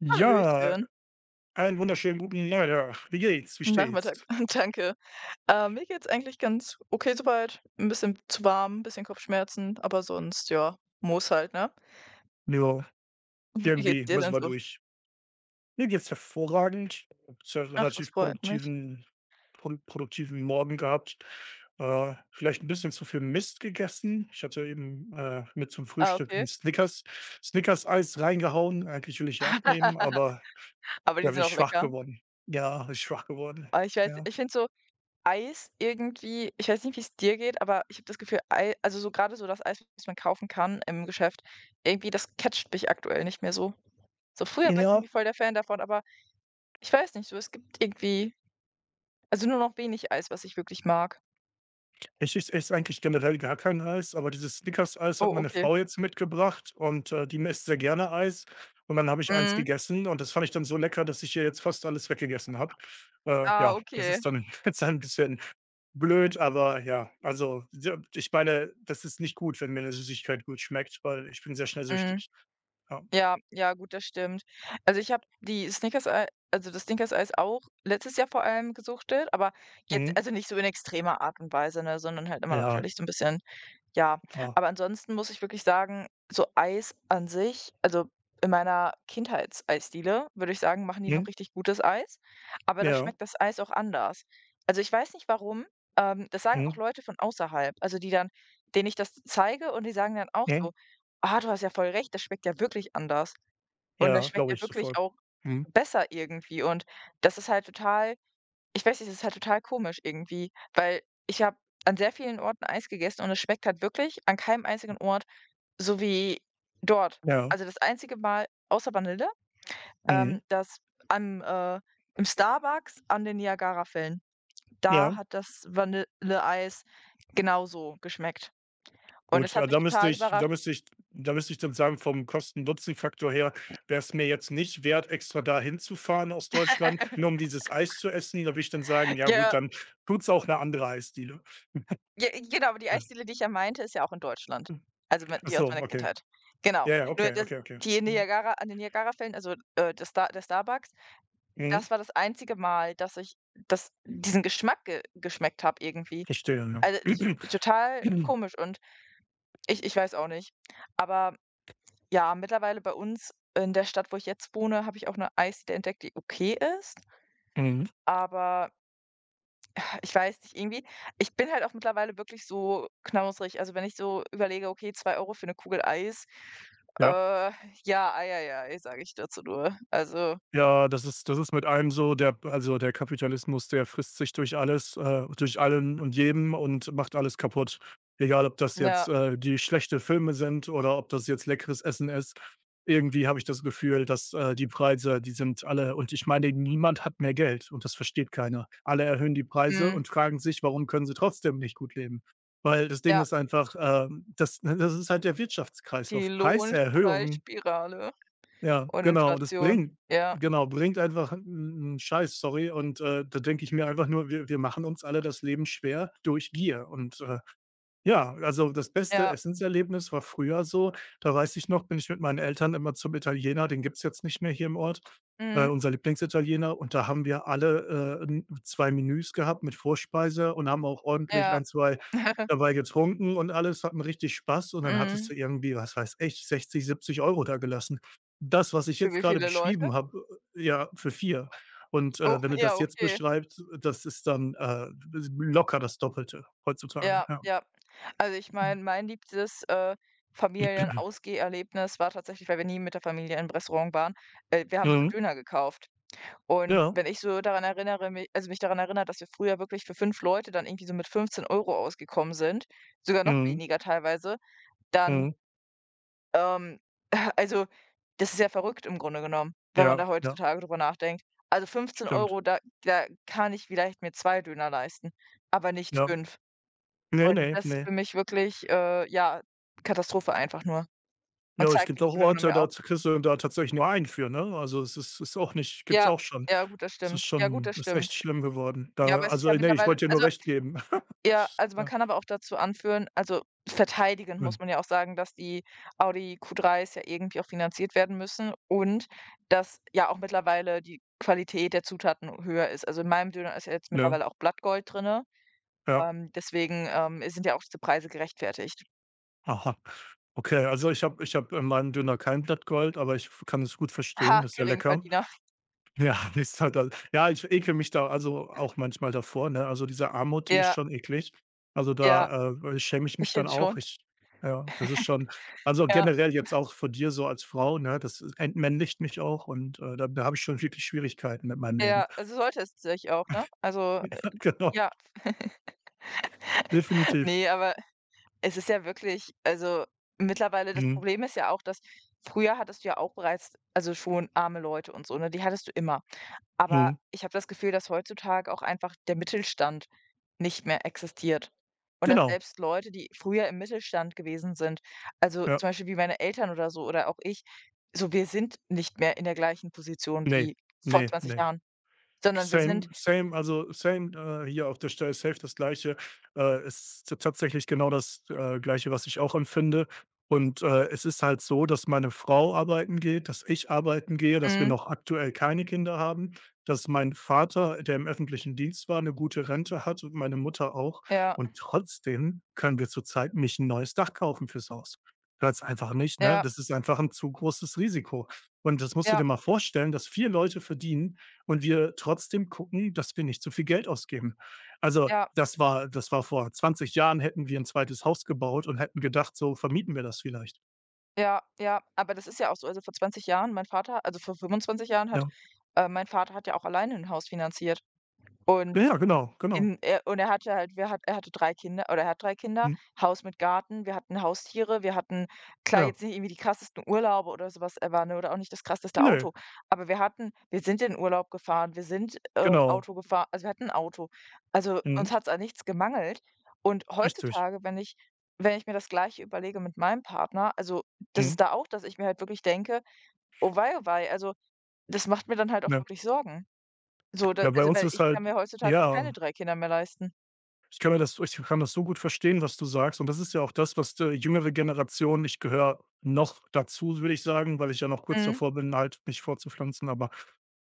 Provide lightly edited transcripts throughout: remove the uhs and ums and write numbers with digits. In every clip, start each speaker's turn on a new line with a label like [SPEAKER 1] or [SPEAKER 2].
[SPEAKER 1] Ja,
[SPEAKER 2] Hallöchen.
[SPEAKER 1] einen wunderschönen guten Nachmittag. Wie geht's? Wie steht's?
[SPEAKER 2] Nachmittag. Danke. Mir geht's eigentlich ganz okay soweit. Ein bisschen zu warm, ein bisschen Kopfschmerzen, aber sonst, ja, muss halt, ne?
[SPEAKER 1] Ja,
[SPEAKER 2] Wie geht's
[SPEAKER 1] irgendwie
[SPEAKER 2] dir
[SPEAKER 1] müssen
[SPEAKER 2] denn
[SPEAKER 1] wir
[SPEAKER 2] so?
[SPEAKER 1] durch. Mir geht's hervorragend. Ich habe einen
[SPEAKER 2] Ach, das
[SPEAKER 1] relativ
[SPEAKER 2] freut mich.
[SPEAKER 1] produktiven Morgen gehabt. Vielleicht ein bisschen zu viel Mist gegessen. Ich hatte eben mit zum
[SPEAKER 2] Ah,
[SPEAKER 1] Frühstück ein
[SPEAKER 2] okay.
[SPEAKER 1] Snickers-Eis reingehauen. Eigentlich will ich ja abnehmen, aber
[SPEAKER 2] Aber
[SPEAKER 1] da
[SPEAKER 2] die
[SPEAKER 1] bin
[SPEAKER 2] sind
[SPEAKER 1] ich
[SPEAKER 2] auch
[SPEAKER 1] schwach
[SPEAKER 2] lecker.
[SPEAKER 1] geworden. Ja, bin ich schwach geworden.
[SPEAKER 2] Aber ich weiß,
[SPEAKER 1] Ja.
[SPEAKER 2] ich finde so Eis irgendwie, ich weiß nicht, wie es dir geht, aber ich habe das Gefühl, Ei also, so gerade so das Eis, was man kaufen kann im Geschäft, irgendwie das catcht mich aktuell nicht mehr so. So früher war ich
[SPEAKER 1] Ja,
[SPEAKER 2] irgendwie voll der Fan davon, aber ich weiß nicht so, es gibt irgendwie, also, nur noch wenig Eis, was ich wirklich mag.
[SPEAKER 1] ich esse eigentlich generell gar kein Eis, aber dieses Snickers-Eis hat
[SPEAKER 2] Oh,
[SPEAKER 1] meine
[SPEAKER 2] okay.
[SPEAKER 1] Frau jetzt mitgebracht und die isst sehr gerne Eis. Und dann habe ich eins
[SPEAKER 2] Mhm.
[SPEAKER 1] gegessen und das fand ich dann so lecker, dass ich ihr jetzt fast alles weggegessen habe.
[SPEAKER 2] Ah,
[SPEAKER 1] Ja, das
[SPEAKER 2] okay.
[SPEAKER 1] ist dann jetzt ein bisschen blöd, aber ja, also, ja, ich meine, das ist nicht gut, wenn mir 'ne Süßigkeit gut schmeckt, weil ich bin sehr schnell
[SPEAKER 2] Mhm.
[SPEAKER 1] süchtig. Ja.
[SPEAKER 2] Ja, ja, gut, das stimmt. Also, ich habe die Snickers ei also, das Snickers-Eis auch letztes Jahr vor allem gesuchtet, aber jetzt,
[SPEAKER 1] Mhm.
[SPEAKER 2] also, nicht so in extremer Art und Weise, ne, sondern halt immer
[SPEAKER 1] Ja,
[SPEAKER 2] natürlich so ein bisschen. Ja,
[SPEAKER 1] ja.
[SPEAKER 2] aber ansonsten muss ich wirklich sagen, so Eis an sich, also, in meiner Kindheitseisdiele, würde ich sagen, machen die
[SPEAKER 1] Mhm.
[SPEAKER 2] noch richtig gutes Eis, aber da
[SPEAKER 1] Ja.
[SPEAKER 2] schmeckt das Eis auch anders. Also, ich weiß nicht warum, das sagen auch
[SPEAKER 1] Mhm.
[SPEAKER 2] Leute von außerhalb, also, die dann, denen ich das zeige, und die sagen dann auch
[SPEAKER 1] Mhm.
[SPEAKER 2] so: „Ah, du hast ja voll recht, das schmeckt ja wirklich anders und das
[SPEAKER 1] Ja,
[SPEAKER 2] schmeckt
[SPEAKER 1] glaube
[SPEAKER 2] ja
[SPEAKER 1] ich
[SPEAKER 2] wirklich
[SPEAKER 1] sofort.
[SPEAKER 2] auch
[SPEAKER 1] Mhm.
[SPEAKER 2] besser irgendwie.“ Und das ist halt total, ich weiß nicht, das ist halt total komisch irgendwie, weil ich habe an sehr vielen Orten Eis gegessen und es schmeckt halt wirklich an keinem einzigen Ort so wie dort.
[SPEAKER 1] Ja.
[SPEAKER 2] Also, das einzige Mal außer Vanille,
[SPEAKER 1] Mhm.
[SPEAKER 2] das am, äh im Starbucks an den Niagarafällen. Da
[SPEAKER 1] Ja.
[SPEAKER 2] hat das Vanilleeis genauso geschmeckt und
[SPEAKER 1] Gut,
[SPEAKER 2] das
[SPEAKER 1] ja,
[SPEAKER 2] hat mich
[SPEAKER 1] da müsste
[SPEAKER 2] total
[SPEAKER 1] ich da
[SPEAKER 2] überrascht.
[SPEAKER 1] müsste ich da müsste ich dann sagen, vom Kosten-Nutzen-Faktor her wäre es mir jetzt nicht wert, extra da hinzufahren aus Deutschland, nur um dieses Eis zu essen. Da würde ich dann sagen: „Ja gut,
[SPEAKER 2] Ja,
[SPEAKER 1] dann tut's auch eine andere Eisdiele."
[SPEAKER 2] ja, genau, aber die Eisdiele, die ich ja meinte, ist ja auch in Deutschland. Also, me
[SPEAKER 1] Ach
[SPEAKER 2] die aus
[SPEAKER 1] so,
[SPEAKER 2] meiner
[SPEAKER 1] okay.
[SPEAKER 2] Kindheit. Genau.
[SPEAKER 1] Ja, ja,
[SPEAKER 2] Nur
[SPEAKER 1] okay,
[SPEAKER 2] das,
[SPEAKER 1] okay, okay.
[SPEAKER 2] die
[SPEAKER 1] Mhm.
[SPEAKER 2] Niagara an den Niagarafällen, also, das Star der Starbucks.
[SPEAKER 1] Mhm.
[SPEAKER 2] Das war das einzige Mal, dass ich das diesen Geschmack ge geschmeckt habe irgendwie.
[SPEAKER 1] Verstehe, ja.
[SPEAKER 2] Also, t total komisch, und ich weiß auch nicht. Aber ja, mittlerweile bei uns in der Stadt, wo ich jetzt wohne, habe ich auch 'ne Eisdiele entdeckt, die okay ist,
[SPEAKER 1] Mhm.
[SPEAKER 2] aber ich weiß nicht, irgendwie, ich bin halt auch mittlerweile wirklich so knausrig. Also, wenn ich so überlege: „Okay, 2 Euro für 'ne Kugel Eis“,
[SPEAKER 1] Ja.
[SPEAKER 2] äh, ja, ei, ei, ei, sage ich dazu nur. Also,
[SPEAKER 1] Ja, das ist mit einem so, der also, der Kapitalismus, der frisst sich durch alles durch allen und jedem und macht alles kaputt. Egal, ob das
[SPEAKER 2] ja,
[SPEAKER 1] jetzt, die schlechte Filme sind oder ob das jetzt leckeres Essen ist. Irgendwie habe ich das Gefühl, dass, die Preise, die sind alle und ich meine, niemand hat mehr Geld und das versteht keiner. Alle erhöhen die Preise
[SPEAKER 2] mhm,
[SPEAKER 1] und fragen sich, warum können sie trotzdem nicht gut leben? Weil das Ding
[SPEAKER 2] ja,
[SPEAKER 1] ist einfach, das ist halt der Wirtschaftskreislauf.
[SPEAKER 2] die
[SPEAKER 1] Preiserhöhungen
[SPEAKER 2] Lohnpreisspirale.
[SPEAKER 1] ja,
[SPEAKER 2] Und
[SPEAKER 1] genau, und das
[SPEAKER 2] Inflation.
[SPEAKER 1] bringt
[SPEAKER 2] Ja,
[SPEAKER 1] genau, bringt einfach 'n Scheiß, sorry. Und, da denke ich mir einfach nur: „Wir machen uns alle das Leben schwer durch Gier." Und, ja, also das beste
[SPEAKER 2] ja,
[SPEAKER 1] Essenserlebnis war früher so, da weiß ich noch, bin ich mit meinen Eltern immer zum Italiener, den gibt's jetzt nicht mehr hier im Ort,
[SPEAKER 2] mhm,
[SPEAKER 1] unser Lieblingsitaliener und da haben wir alle, n 2 Menüs gehabt mit Vorspeise und haben auch ordentlich
[SPEAKER 2] ja,
[SPEAKER 1] ein 2 dabei getrunken und alles, hatten richtig Spaß und dann hattest
[SPEAKER 2] mhm.
[SPEAKER 1] du irgendwie, was weiß ich, 60, 70 da gelassen. Das, was ich
[SPEAKER 2] Für
[SPEAKER 1] jetzt
[SPEAKER 2] wie
[SPEAKER 1] gerade
[SPEAKER 2] viele Leute?
[SPEAKER 1] beschrieben habe, ja, für 4. Und,
[SPEAKER 2] Oh,
[SPEAKER 1] wenn du
[SPEAKER 2] ja,
[SPEAKER 1] das jetzt
[SPEAKER 2] okay.
[SPEAKER 1] beschreibst, das ist dann, locker das Doppelte heutzutage,
[SPEAKER 2] Ja,
[SPEAKER 1] ja.
[SPEAKER 2] ja. Also, ich meine, mein liebstes, Familienausgeherlebnis war tatsächlich, weil wir nie mit der Familie im Restaurant waren, wir haben
[SPEAKER 1] Mhm.
[SPEAKER 2] Döner gekauft. Und
[SPEAKER 1] Ja.
[SPEAKER 2] wenn ich so daran erinnere, mi also, mich daran erinnert, dass wir früher wirklich für 5 Leute dann irgendwie so mit 15 Euro ausgekommen sind, sogar noch
[SPEAKER 1] Mhm.
[SPEAKER 2] weniger teilweise, dann.
[SPEAKER 1] Mhm.
[SPEAKER 2] Ähm, also, das ist ja verrückt im Grunde genommen, wenn man
[SPEAKER 1] Ja,
[SPEAKER 2] da
[SPEAKER 1] ja,
[SPEAKER 2] heutzutage drüber nachdenkt. Also, 15
[SPEAKER 1] stimmt.
[SPEAKER 2] Euro da kann ich vielleicht mir 2 Döner leisten, aber nicht
[SPEAKER 1] Ja.
[SPEAKER 2] 5.
[SPEAKER 1] Ne,
[SPEAKER 2] Und
[SPEAKER 1] ne,
[SPEAKER 2] das ist
[SPEAKER 1] ne.
[SPEAKER 2] für mich wirklich, ja, Katastrophe einfach nur, und
[SPEAKER 1] Ja, es
[SPEAKER 2] zeigt
[SPEAKER 1] gibt
[SPEAKER 2] im
[SPEAKER 1] auch
[SPEAKER 2] Grunde genommen
[SPEAKER 1] Orte,
[SPEAKER 2] ja auch,
[SPEAKER 1] da z kriegst du da tatsächlich nur einen für, ne? Also, es ist auch nicht gibt's
[SPEAKER 2] ja,
[SPEAKER 1] auch schon.
[SPEAKER 2] ja gut, das
[SPEAKER 1] Es ist
[SPEAKER 2] stimmt. Ja gut,
[SPEAKER 1] schon
[SPEAKER 2] das
[SPEAKER 1] ist echt
[SPEAKER 2] stimmt.
[SPEAKER 1] schlimm geworden.
[SPEAKER 2] Ja,
[SPEAKER 1] Da
[SPEAKER 2] aber es ist
[SPEAKER 1] also,
[SPEAKER 2] ja
[SPEAKER 1] nee ich
[SPEAKER 2] mittlerweile,
[SPEAKER 1] wollte dir nur
[SPEAKER 2] also.
[SPEAKER 1] recht geben.
[SPEAKER 2] Ja, also man
[SPEAKER 1] Ja.
[SPEAKER 2] kann aber auch dazu anführen, also verteidigen
[SPEAKER 1] Mhm.
[SPEAKER 2] muss man ja auch sagen, dass die Audi Q3s ja irgendwie auch finanziert werden müssen und dass ja auch mittlerweile die Qualität der Zutaten höher ist. Also, in meinem Döner ist ja jetzt
[SPEAKER 1] Ja,
[SPEAKER 2] mittlerweile auch Blattgold drin,
[SPEAKER 1] ja.
[SPEAKER 2] deswegen, sind ja auch diese Preise gerechtfertigt.
[SPEAKER 1] Aha. Okay, also, ich habe in meinem Döner kein Blatt Gold, aber ich kann es gut verstehen,
[SPEAKER 2] Ha,
[SPEAKER 1] das ist ja lecker.
[SPEAKER 2] Geringverdiener.
[SPEAKER 1] Ja, ist halt al ja, ich ekel mich da also auch manchmal davor, ne? Also, diese Armut, die ist
[SPEAKER 2] Ja,
[SPEAKER 1] schon eklig. Also,
[SPEAKER 2] ja,
[SPEAKER 1] da, schäme ich
[SPEAKER 2] ich
[SPEAKER 1] mich dann
[SPEAKER 2] finde
[SPEAKER 1] auch.
[SPEAKER 2] schon.
[SPEAKER 1] Ich ja, das ist schon also,
[SPEAKER 2] Ja,
[SPEAKER 1] generell jetzt auch von dir so als Frau, ne, das entmännlicht mich auch und, da habe ich schon wirklich Schwierigkeiten mit meinem Leben.
[SPEAKER 2] ja, also sollte es sich auch, ne? Also,
[SPEAKER 1] Ja, genau,
[SPEAKER 2] ja.
[SPEAKER 1] definitiv.
[SPEAKER 2] Ne, aber es ist ja wirklich, also, mittlerweile, das
[SPEAKER 1] Mhm,
[SPEAKER 2] Problem ist ja auch, dass früher hattest du ja auch bereits, also, schon arme Leute und so, ne? Die hattest du immer. Aber
[SPEAKER 1] mhm.
[SPEAKER 2] ich habe das Gefühl, dass heutzutage auch einfach der Mittelstand nicht mehr existiert. Und dass
[SPEAKER 1] Genau,
[SPEAKER 2] selbst Leute, die früher im Mittelstand gewesen sind, also,
[SPEAKER 1] ja.
[SPEAKER 2] zum Beispiel wie meine Eltern oder so, oder auch ich, so, wir sind nicht mehr in der gleichen Position
[SPEAKER 1] Ne,
[SPEAKER 2] wie vor
[SPEAKER 1] ne,
[SPEAKER 2] 20
[SPEAKER 1] ne.
[SPEAKER 2] Jahren, sondern wir sind,
[SPEAKER 1] Same, same, also same, hier auf der Stelle safe das Gleiche. Es ist tatsächlich genau das, Gleiche, was ich auch empfinde. Und, es ist halt so, dass meine Frau arbeiten geht, dass ich arbeiten gehe, dass wir
[SPEAKER 2] mhm,
[SPEAKER 1] noch aktuell keine Kinder haben, dass mein Vater, der im öffentlichen Dienst war, eine gute Rente hat und meine Mutter auch.
[SPEAKER 2] ja,
[SPEAKER 1] Und trotzdem können wir zurzeit nicht ein neues Dach kaufen fürs Haus. Weil's einfach nicht, ne
[SPEAKER 2] ja,
[SPEAKER 1] das ist einfach ein zu großes Risiko. Und das
[SPEAKER 2] ja,
[SPEAKER 1] musst du
[SPEAKER 2] ja,
[SPEAKER 1] dir mal vorstellen, dass 4 Leute verdienen und wir trotzdem gucken, dass wir nicht zu viel Geld ausgeben. Also,
[SPEAKER 2] ja.
[SPEAKER 1] das war vor 20 Jahren hätten wir ein zweites Haus gebaut und hätten gedacht, so vermieten wir das vielleicht.
[SPEAKER 2] Ja, ja, aber das ist ja auch so. Also, vor 20 Jahren mein Vater, also, vor 25 Jahren hat,
[SPEAKER 1] Ja.
[SPEAKER 2] mein Vater hat ja auch alleine 'n Haus finanziert und
[SPEAKER 1] Ja, ja, genau, genau.
[SPEAKER 2] in er und er hatte 3 Kinder, oder er hat 3 Kinder,
[SPEAKER 1] Mhm.
[SPEAKER 2] Haus mit Garten, wir hatten Haustiere, wir hatten, klar,
[SPEAKER 1] Ja.
[SPEAKER 2] jetzt nicht irgendwie die krassesten Urlaube oder sowas was, war, ne, oder auch nicht das krasseste
[SPEAKER 1] Nö,
[SPEAKER 2] Auto, aber wir sind in Urlaub gefahren, wir sind,
[SPEAKER 1] genau.
[SPEAKER 2] Auto gefahren, also, wir hatten ein Auto. Also,
[SPEAKER 1] Mhm.
[SPEAKER 2] uns hat es an nichts gemangelt, und
[SPEAKER 1] Richtig.
[SPEAKER 2] heutzutage, wenn ich mir das Gleiche überlege mit meinem Partner, also, das
[SPEAKER 1] Mhm.
[SPEAKER 2] ist da auch, dass ich mir halt wirklich denke: „Oh wei, oh wei“, also, das macht mir dann halt auch
[SPEAKER 1] Ja.
[SPEAKER 2] wirklich Sorgen. So, da,
[SPEAKER 1] Ja, bei
[SPEAKER 2] also,
[SPEAKER 1] uns
[SPEAKER 2] weil
[SPEAKER 1] ist
[SPEAKER 2] ich
[SPEAKER 1] halt
[SPEAKER 2] kann mir heutzutage keine
[SPEAKER 1] ja.
[SPEAKER 2] 3 Kinder mehr leisten.
[SPEAKER 1] Ich kann das so gut verstehen, was du sagst. Und das ist ja auch das, was die jüngere Generation ich gehöre noch dazu, würde ich sagen, weil ich ja noch kurz
[SPEAKER 2] Mhm.
[SPEAKER 1] davor bin, halt mich vorzupflanzen. Aber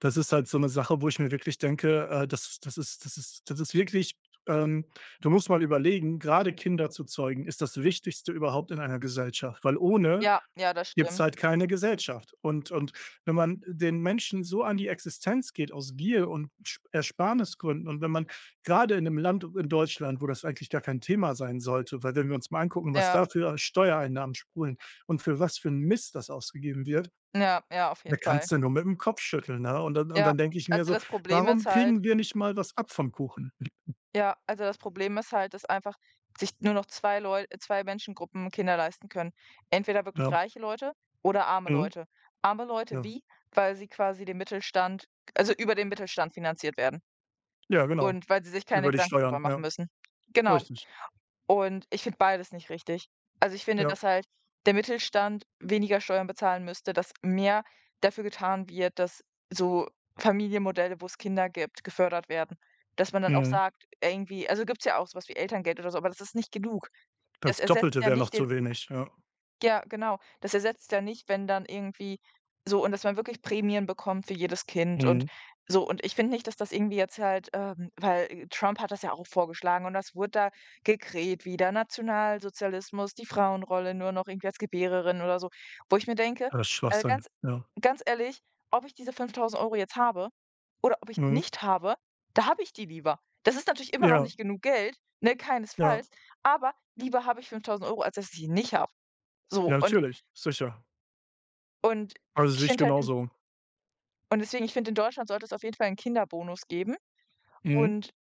[SPEAKER 1] das ist halt so eine Sache, wo ich mir wirklich denke, das ist wirklich ähm, du musst mal überlegen, gerade Kinder zu zeugen, ist das Wichtigste überhaupt in einer Gesellschaft, weil ohne
[SPEAKER 2] Ja, ja, das
[SPEAKER 1] gibt's
[SPEAKER 2] stimmt.
[SPEAKER 1] halt keine Gesellschaft. Und wenn man den Menschen so an die Existenz geht aus Gier und Sch Ersparnisgründen und wenn man gerade in einem Land in Deutschland, wo das eigentlich gar kein Thema sein sollte, weil wenn wir uns mal angucken, was
[SPEAKER 2] Ja,
[SPEAKER 1] da für Steuereinnahmen sprudeln und für was für ein Mist das ausgegeben wird,
[SPEAKER 2] ja, ja, auf
[SPEAKER 1] da
[SPEAKER 2] jeden Fall.
[SPEAKER 1] kannst du nur mit dem Kopf schütteln, ne? Und
[SPEAKER 2] Ja,
[SPEAKER 1] dann denke ich
[SPEAKER 2] also
[SPEAKER 1] mir so:
[SPEAKER 2] das Problem ist
[SPEAKER 1] „Warum
[SPEAKER 2] halt
[SPEAKER 1] kriegen wir nicht mal was ab vom Kuchen?"
[SPEAKER 2] ja, also das Problem ist halt, dass einfach sich nur noch 2 Leute, 2 Menschengruppen Kinder leisten können. Entweder wirklich
[SPEAKER 1] Ja.
[SPEAKER 2] reiche Leute oder arme
[SPEAKER 1] Mhm.
[SPEAKER 2] Leute. Arme Leute
[SPEAKER 1] Ja.
[SPEAKER 2] wie? Weil sie quasi den Mittelstand, also über den Mittelstand finanziert werden,
[SPEAKER 1] Ja, genau.
[SPEAKER 2] und weil sie sich keine
[SPEAKER 1] Über die
[SPEAKER 2] Gedanken darüber
[SPEAKER 1] Steuern,
[SPEAKER 2] machen
[SPEAKER 1] ja.
[SPEAKER 2] müssen. Genau.
[SPEAKER 1] Richtig.
[SPEAKER 2] Und ich finde beides nicht richtig. Also, ich finde,
[SPEAKER 1] Ja.
[SPEAKER 2] dass halt der Mittelstand weniger Steuern bezahlen müsste, dass mehr dafür getan wird, dass so Familienmodelle, wo es Kinder gibt, gefördert werden. Dass man dann auch
[SPEAKER 1] Mhm.
[SPEAKER 2] sagt, irgendwie, also, gibt's ja auch so was wie Elterngeld oder so, aber das ist nicht genug. Das
[SPEAKER 1] Das
[SPEAKER 2] ersetzt
[SPEAKER 1] Doppelte
[SPEAKER 2] ja
[SPEAKER 1] wäre noch
[SPEAKER 2] nicht den,
[SPEAKER 1] zu wenig, ja.
[SPEAKER 2] ja, genau. Das ersetzt ja nicht, wenn dann irgendwie, so, und dass man wirklich Prämien bekommt für jedes Kind und
[SPEAKER 1] Mhm.
[SPEAKER 2] so. Und ich finde nicht, dass das irgendwie jetzt halt, weil, Trump hat das ja auch vorgeschlagen und das wurde da gekräht wieder, Nationalsozialismus, die Frauenrolle nur noch irgendwie als Gebärerin oder so. Wo ich mir denke,
[SPEAKER 1] Das ist Schwachsinn,
[SPEAKER 2] ganz
[SPEAKER 1] ja.
[SPEAKER 2] ganz ehrlich, ob ich diese 5.000 Euro jetzt habe oder ob ich die
[SPEAKER 1] Mhm.
[SPEAKER 2] nicht habe, da habe ich die lieber. Das ist natürlich immer noch
[SPEAKER 1] Ja,
[SPEAKER 2] nicht genug Geld, ne,
[SPEAKER 1] ja,
[SPEAKER 2] keinesfalls, aber lieber habe ich 5.000 Euro, als dass ich sie nicht habe. So,
[SPEAKER 1] ja,
[SPEAKER 2] und
[SPEAKER 1] natürlich, sicher.
[SPEAKER 2] und
[SPEAKER 1] Also,
[SPEAKER 2] ich
[SPEAKER 1] sehe ich
[SPEAKER 2] finde halt in
[SPEAKER 1] genauso.
[SPEAKER 2] und deswegen, ich finde, in Deutschland sollte es auf jeden Fall einen Kinderbonus geben.
[SPEAKER 1] Mhm.
[SPEAKER 2] Und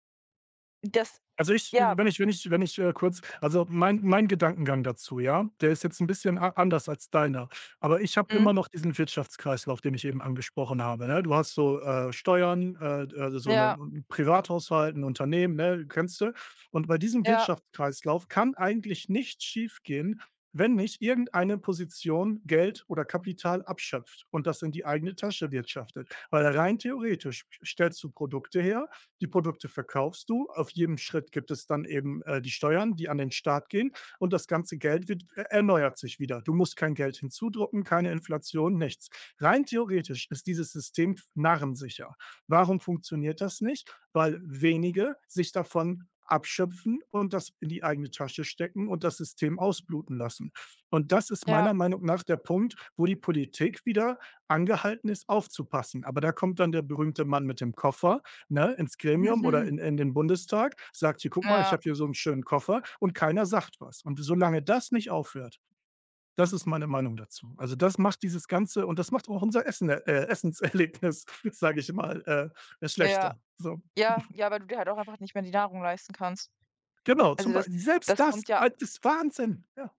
[SPEAKER 2] das,
[SPEAKER 1] Also, ich
[SPEAKER 2] ja,
[SPEAKER 1] wenn ich wenn ich wenn ich, kurz also, mein Gedankengang dazu, ja, der ist jetzt ein bisschen a anders als deiner. Aber ich habe
[SPEAKER 2] mhm,
[SPEAKER 1] immer noch diesen Wirtschaftskreislauf, den ich eben angesprochen habe, ne? Du hast so, Steuern, also, so 'ne
[SPEAKER 2] ja,
[SPEAKER 1] 'n Privathaushalt, ein Unternehmen, ne, kennst du? Und bei diesem
[SPEAKER 2] ja,
[SPEAKER 1] Wirtschaftskreislauf kann eigentlich nichts schiefgehen, wenn nicht irgendeine Position Geld oder Kapital abschöpft und das in die eigene Tasche wirtschaftet. Weil rein theoretisch stellst du Produkte her die Produkte verkaufst du. Auf jedem Schritt gibt es dann eben die Steuern, die an den Staat gehen. Und das ganze Geld wird, erneuert sich wieder. Du musst kein Geld hinzudrucken, keine Inflation, nichts. Rein theoretisch ist dieses System narrensicher. Warum funktioniert das nicht? Weil wenige sich davon abschöpfen und das in die eigene Tasche stecken und das System ausbluten lassen. Und das ist
[SPEAKER 2] ja,
[SPEAKER 1] meiner Meinung nach der Punkt, wo die Politik wieder angehalten ist, aufzupassen. Aber da kommt dann der berühmte Mann mit dem Koffer ne, ins Gremium oder in den Bundestag, sagt hier: „Guck mal, ich
[SPEAKER 2] ja,
[SPEAKER 1] habe hier so einen schönen Koffer", und keiner sagt was. Und solange das nicht aufhört das ist meine Meinung dazu. Also, das macht dieses Ganze und das macht auch unser Essenserlebnis, sage ich mal,
[SPEAKER 2] ja,
[SPEAKER 1] schlechter. So,
[SPEAKER 2] ja, ja, weil du dir halt auch einfach nicht mehr die Nahrung leisten kannst.
[SPEAKER 1] genau, zum
[SPEAKER 2] Also, das
[SPEAKER 1] Beispiel selbst
[SPEAKER 2] das
[SPEAKER 1] das,
[SPEAKER 2] kommt ja.
[SPEAKER 1] ah, das ist Wahnsinn. Ja,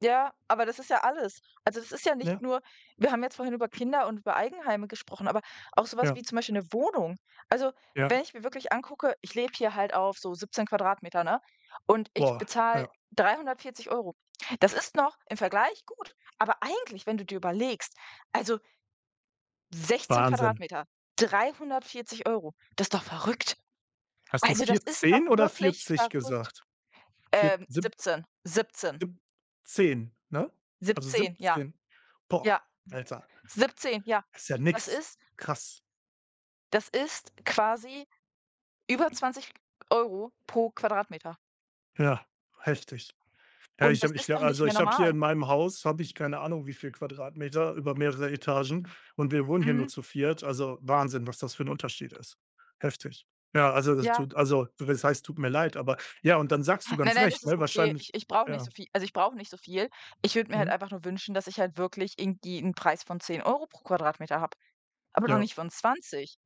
[SPEAKER 2] Ja, aber das ist ja alles. Also, das ist ja nicht
[SPEAKER 1] ja,
[SPEAKER 2] nur, wir haben jetzt vorhin über Kinder und über Eigenheime gesprochen, aber auch sowas
[SPEAKER 1] ja,
[SPEAKER 2] wie zum Beispiel eine Wohnung. Also,
[SPEAKER 1] ja.
[SPEAKER 2] wenn ich mir wirklich angucke, ich lebe hier halt auf so 17 Quadratmeter, ne, und ich
[SPEAKER 1] Boah,
[SPEAKER 2] bezahle
[SPEAKER 1] ja,
[SPEAKER 2] 340 Euro. Das ist noch im Vergleich gut, aber eigentlich, wenn du dir überlegst, also 16
[SPEAKER 1] Wahnsinn.
[SPEAKER 2] Quadratmeter, 340 Euro, das ist doch verrückt.
[SPEAKER 1] Hast du
[SPEAKER 2] Also, das ist doch
[SPEAKER 1] 14 oder
[SPEAKER 2] wirklich
[SPEAKER 1] 40
[SPEAKER 2] verrückt.
[SPEAKER 1] gesagt? Vier sieb
[SPEAKER 2] 17, 17,
[SPEAKER 1] sieb 10, ne? Also,
[SPEAKER 2] 17, ja,
[SPEAKER 1] 17
[SPEAKER 2] ja.
[SPEAKER 1] Boah, Alter.
[SPEAKER 2] 17, ja.
[SPEAKER 1] Ist ja
[SPEAKER 2] Das
[SPEAKER 1] nix.
[SPEAKER 2] ist,
[SPEAKER 1] Krass.
[SPEAKER 2] das ist quasi über 20 Euro pro Quadratmeter.
[SPEAKER 1] Ja, heftig. Ja,
[SPEAKER 2] Und das
[SPEAKER 1] ich
[SPEAKER 2] ist
[SPEAKER 1] glaube
[SPEAKER 2] doch nicht
[SPEAKER 1] also,
[SPEAKER 2] mehr
[SPEAKER 1] ich habe hier
[SPEAKER 2] normal.
[SPEAKER 1] in meinem Haus habe ich keine Ahnung, wie viel Quadratmeter über mehrere Etagen und wir wohnen hier nur
[SPEAKER 2] Mhm.
[SPEAKER 1] zu viert. Also, Wahnsinn, was das für 'n Unterschied ist. Heftig. Ja, also, das
[SPEAKER 2] Ja.
[SPEAKER 1] tut also, das heißt tut mir leid, aber ja, und dann sagst du
[SPEAKER 2] Nein,
[SPEAKER 1] ganz
[SPEAKER 2] nein, das
[SPEAKER 1] recht,
[SPEAKER 2] ist
[SPEAKER 1] ne,
[SPEAKER 2] okay. Ich
[SPEAKER 1] wahrscheinlich
[SPEAKER 2] ich brauche nicht
[SPEAKER 1] ja,
[SPEAKER 2] so viel, also, ich brauche nicht so viel. Ich würde mir halt
[SPEAKER 1] mhm,
[SPEAKER 2] einfach nur wünschen, dass ich halt wirklich irgendwie einen Preis von 10 Euro pro Quadratmeter habe, aber doch
[SPEAKER 1] ja.
[SPEAKER 2] nicht von 20.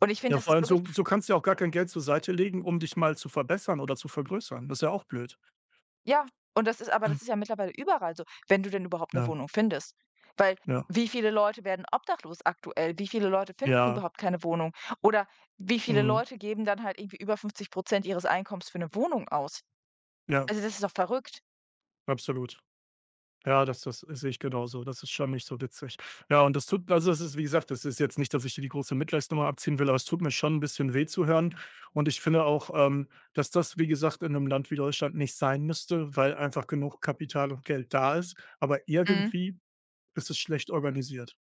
[SPEAKER 2] Und ich
[SPEAKER 1] Ja,
[SPEAKER 2] finde, das
[SPEAKER 1] vor
[SPEAKER 2] ist
[SPEAKER 1] allem
[SPEAKER 2] wirklich.
[SPEAKER 1] so so kannst du ja auch gar kein Geld zur Seite legen, um dich mal zu verbessern oder zu vergrößern. Das ist ja auch blöd.
[SPEAKER 2] Ja, und das ist, aber das ist ja mittlerweile überall so, wenn du denn überhaupt eine
[SPEAKER 1] Ja,
[SPEAKER 2] Wohnung findest. Weil,
[SPEAKER 1] ja,
[SPEAKER 2] wie viele Leute werden obdachlos aktuell? Wie viele Leute finden
[SPEAKER 1] ja,
[SPEAKER 2] überhaupt keine Wohnung? Oder wie viele
[SPEAKER 1] mhm,
[SPEAKER 2] Leute geben dann halt irgendwie über 50 ihres Einkommens für eine Wohnung aus?
[SPEAKER 1] ja,
[SPEAKER 2] Also, das ist doch verrückt.
[SPEAKER 1] absolut. Ja, das das sehe ich genauso. Das ist schon nicht so witzig. Ja, und das tut also, es ist wie gesagt, das ist jetzt nicht, dass ich dir die große Mitleidsnummer abziehen will, aber es tut mir schon ein bisschen weh zu hören. Und ich finde auch, dass das, wie gesagt, in einem Land wie Deutschland nicht sein müsste, weil einfach genug Kapital und Geld da ist. Aber
[SPEAKER 2] Mhm.
[SPEAKER 1] irgendwie ist es schlecht organisiert.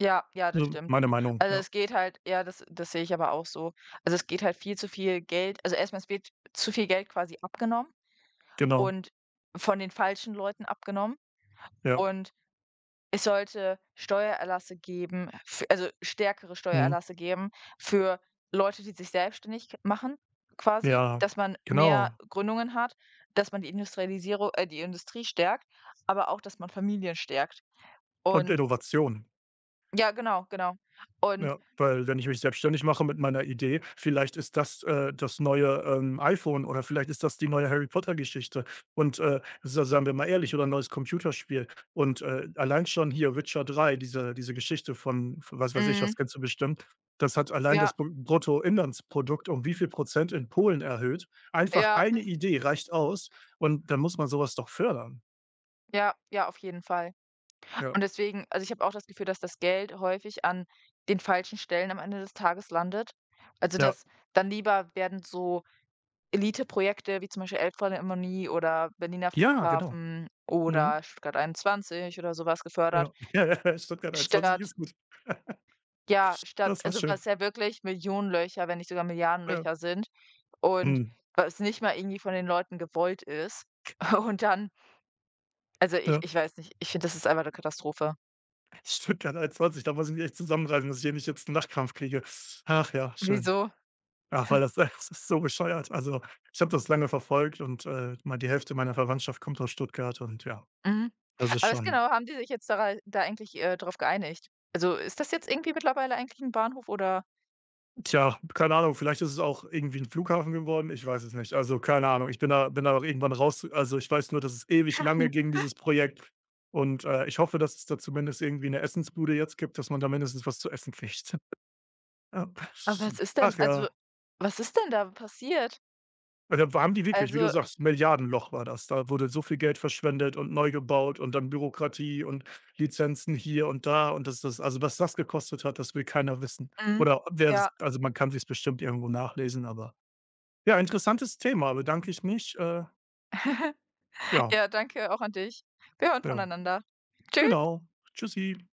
[SPEAKER 2] Ja, ja, das
[SPEAKER 1] So
[SPEAKER 2] stimmt.
[SPEAKER 1] meine Meinung,
[SPEAKER 2] Also,
[SPEAKER 1] ja.
[SPEAKER 2] es geht halt, ja, das sehe ich aber auch so. Also, es geht halt viel zu viel Geld, also, erstmal es wird zu viel Geld quasi abgenommen
[SPEAKER 1] Genau.
[SPEAKER 2] und von den falschen Leuten abgenommen,
[SPEAKER 1] Ja.
[SPEAKER 2] und es sollte Steuererlasse geben, f also stärkere
[SPEAKER 1] Mhm.
[SPEAKER 2] Steuererlasse geben für Leute, die sich selbstständig machen, quasi,
[SPEAKER 1] Ja,
[SPEAKER 2] dass man
[SPEAKER 1] genau.
[SPEAKER 2] mehr Gründungen hat, dass man die Industrialisierung, die Industrie stärkt, aber auch, dass man Familien stärkt.
[SPEAKER 1] Und
[SPEAKER 2] Und
[SPEAKER 1] Innovation.
[SPEAKER 2] ja, genau, genau. Und,
[SPEAKER 1] Ja, weil wenn ich mich selbstständig mache mit meiner Idee, vielleicht ist das, das neue, iPhone oder vielleicht ist das die neue Harry-Potter-Geschichte und, sa seien wir mal ehrlich, oder 'n neues Computerspiel und, allein schon hier Witcher 3 diese diese Geschichte von was weiß ich
[SPEAKER 2] hm,
[SPEAKER 1] was, kennst du bestimmt, das hat allein das
[SPEAKER 2] ja,
[SPEAKER 1] Bruttoinlandsprodukt um wie viel Prozent in Polen erhöht. Einfach
[SPEAKER 2] ja,
[SPEAKER 1] eine Idee reicht aus und dann muss man sowas doch fördern.
[SPEAKER 2] ja, ja, auf jeden Fall. Und
[SPEAKER 1] Ja,
[SPEAKER 2] deswegen, also, ich habe auch das Gefühl, dass das Geld häufig an den falschen Stellen am Ende des Tages landet. Also,
[SPEAKER 1] ja.
[SPEAKER 2] dass dann lieber werden so Eliteprojekte wie zum Beispiel Elbphilharmonie oder Berliner
[SPEAKER 1] Ja, genau.
[SPEAKER 2] Flughafen
[SPEAKER 1] Mhm.
[SPEAKER 2] oder Stuttgart 21 oder so was gefördert,
[SPEAKER 1] Ja. Ja, ja, Stuttgart 21
[SPEAKER 2] statt,
[SPEAKER 1] ist gut.
[SPEAKER 2] ja, statt,
[SPEAKER 1] Das war
[SPEAKER 2] also,
[SPEAKER 1] schön.
[SPEAKER 2] was ja wirklich Millionenlöcher, wenn nicht sogar
[SPEAKER 1] Ja.
[SPEAKER 2] Milliardenlöcher sind, und
[SPEAKER 1] Mhm.
[SPEAKER 2] was nicht mal irgendwie von den Leuten gewollt ist. Und dann, also, ich
[SPEAKER 1] Ja.
[SPEAKER 2] ich weiß nicht, ich finde, das ist einfach 'ne Katastrophe.
[SPEAKER 1] Stimmt, ja, 21, da muss ich mich echt zusammenreißen, dass ich hier nicht jetzt 'n Lachkrampf kriege. Ach ja, schön.
[SPEAKER 2] Wieso?
[SPEAKER 1] Ach, weil das das ist so bescheuert. Also, ich habe das lange verfolgt und, mal die Hälfte meiner Verwandtschaft kommt aus Stuttgart und ja,
[SPEAKER 2] Mhm.
[SPEAKER 1] das ist
[SPEAKER 2] Aber was
[SPEAKER 1] schon
[SPEAKER 2] genau haben die sich jetzt da eigentlich, drauf geeinigt? Also, ist das jetzt irgendwie mittlerweile eigentlich 'n Bahnhof oder,
[SPEAKER 1] tja, keine Ahnung, vielleicht ist es auch irgendwie 'n Flughafen geworden, ich weiß es nicht. Also, keine Ahnung, ich bin da auch irgendwann raus. Also, ich weiß nur, dass es ewig lange ging, dieses Projekt und, ich hoffe, dass es da zumindest irgendwie 'ne Essensbude jetzt gibt, dass man da mindestens was zu essen kriegt. Ja.
[SPEAKER 2] aber was ist denn,
[SPEAKER 1] Ach ja.
[SPEAKER 2] also, was ist denn da passiert?
[SPEAKER 1] Ja, da haben die wirklich, wie du
[SPEAKER 2] Also,
[SPEAKER 1] sagst, Milliardenloch war das. Da wurde so viel Geld verschwendet und neu gebaut und dann Bürokratie und Lizenzen hier und da und das das also, was das gekostet hat, das will keiner wissen.
[SPEAKER 2] mhm.
[SPEAKER 1] Oder ob wer es
[SPEAKER 2] Ja,
[SPEAKER 1] also, man kann sich's bestimmt irgendwo nachlesen, aber ja, interessantes Thema, bedanke ich mich. Ja,
[SPEAKER 2] ja, danke auch an dich. Wir hören
[SPEAKER 1] ja,
[SPEAKER 2] voneinander. Tschüss.
[SPEAKER 1] genau. Tschüssi.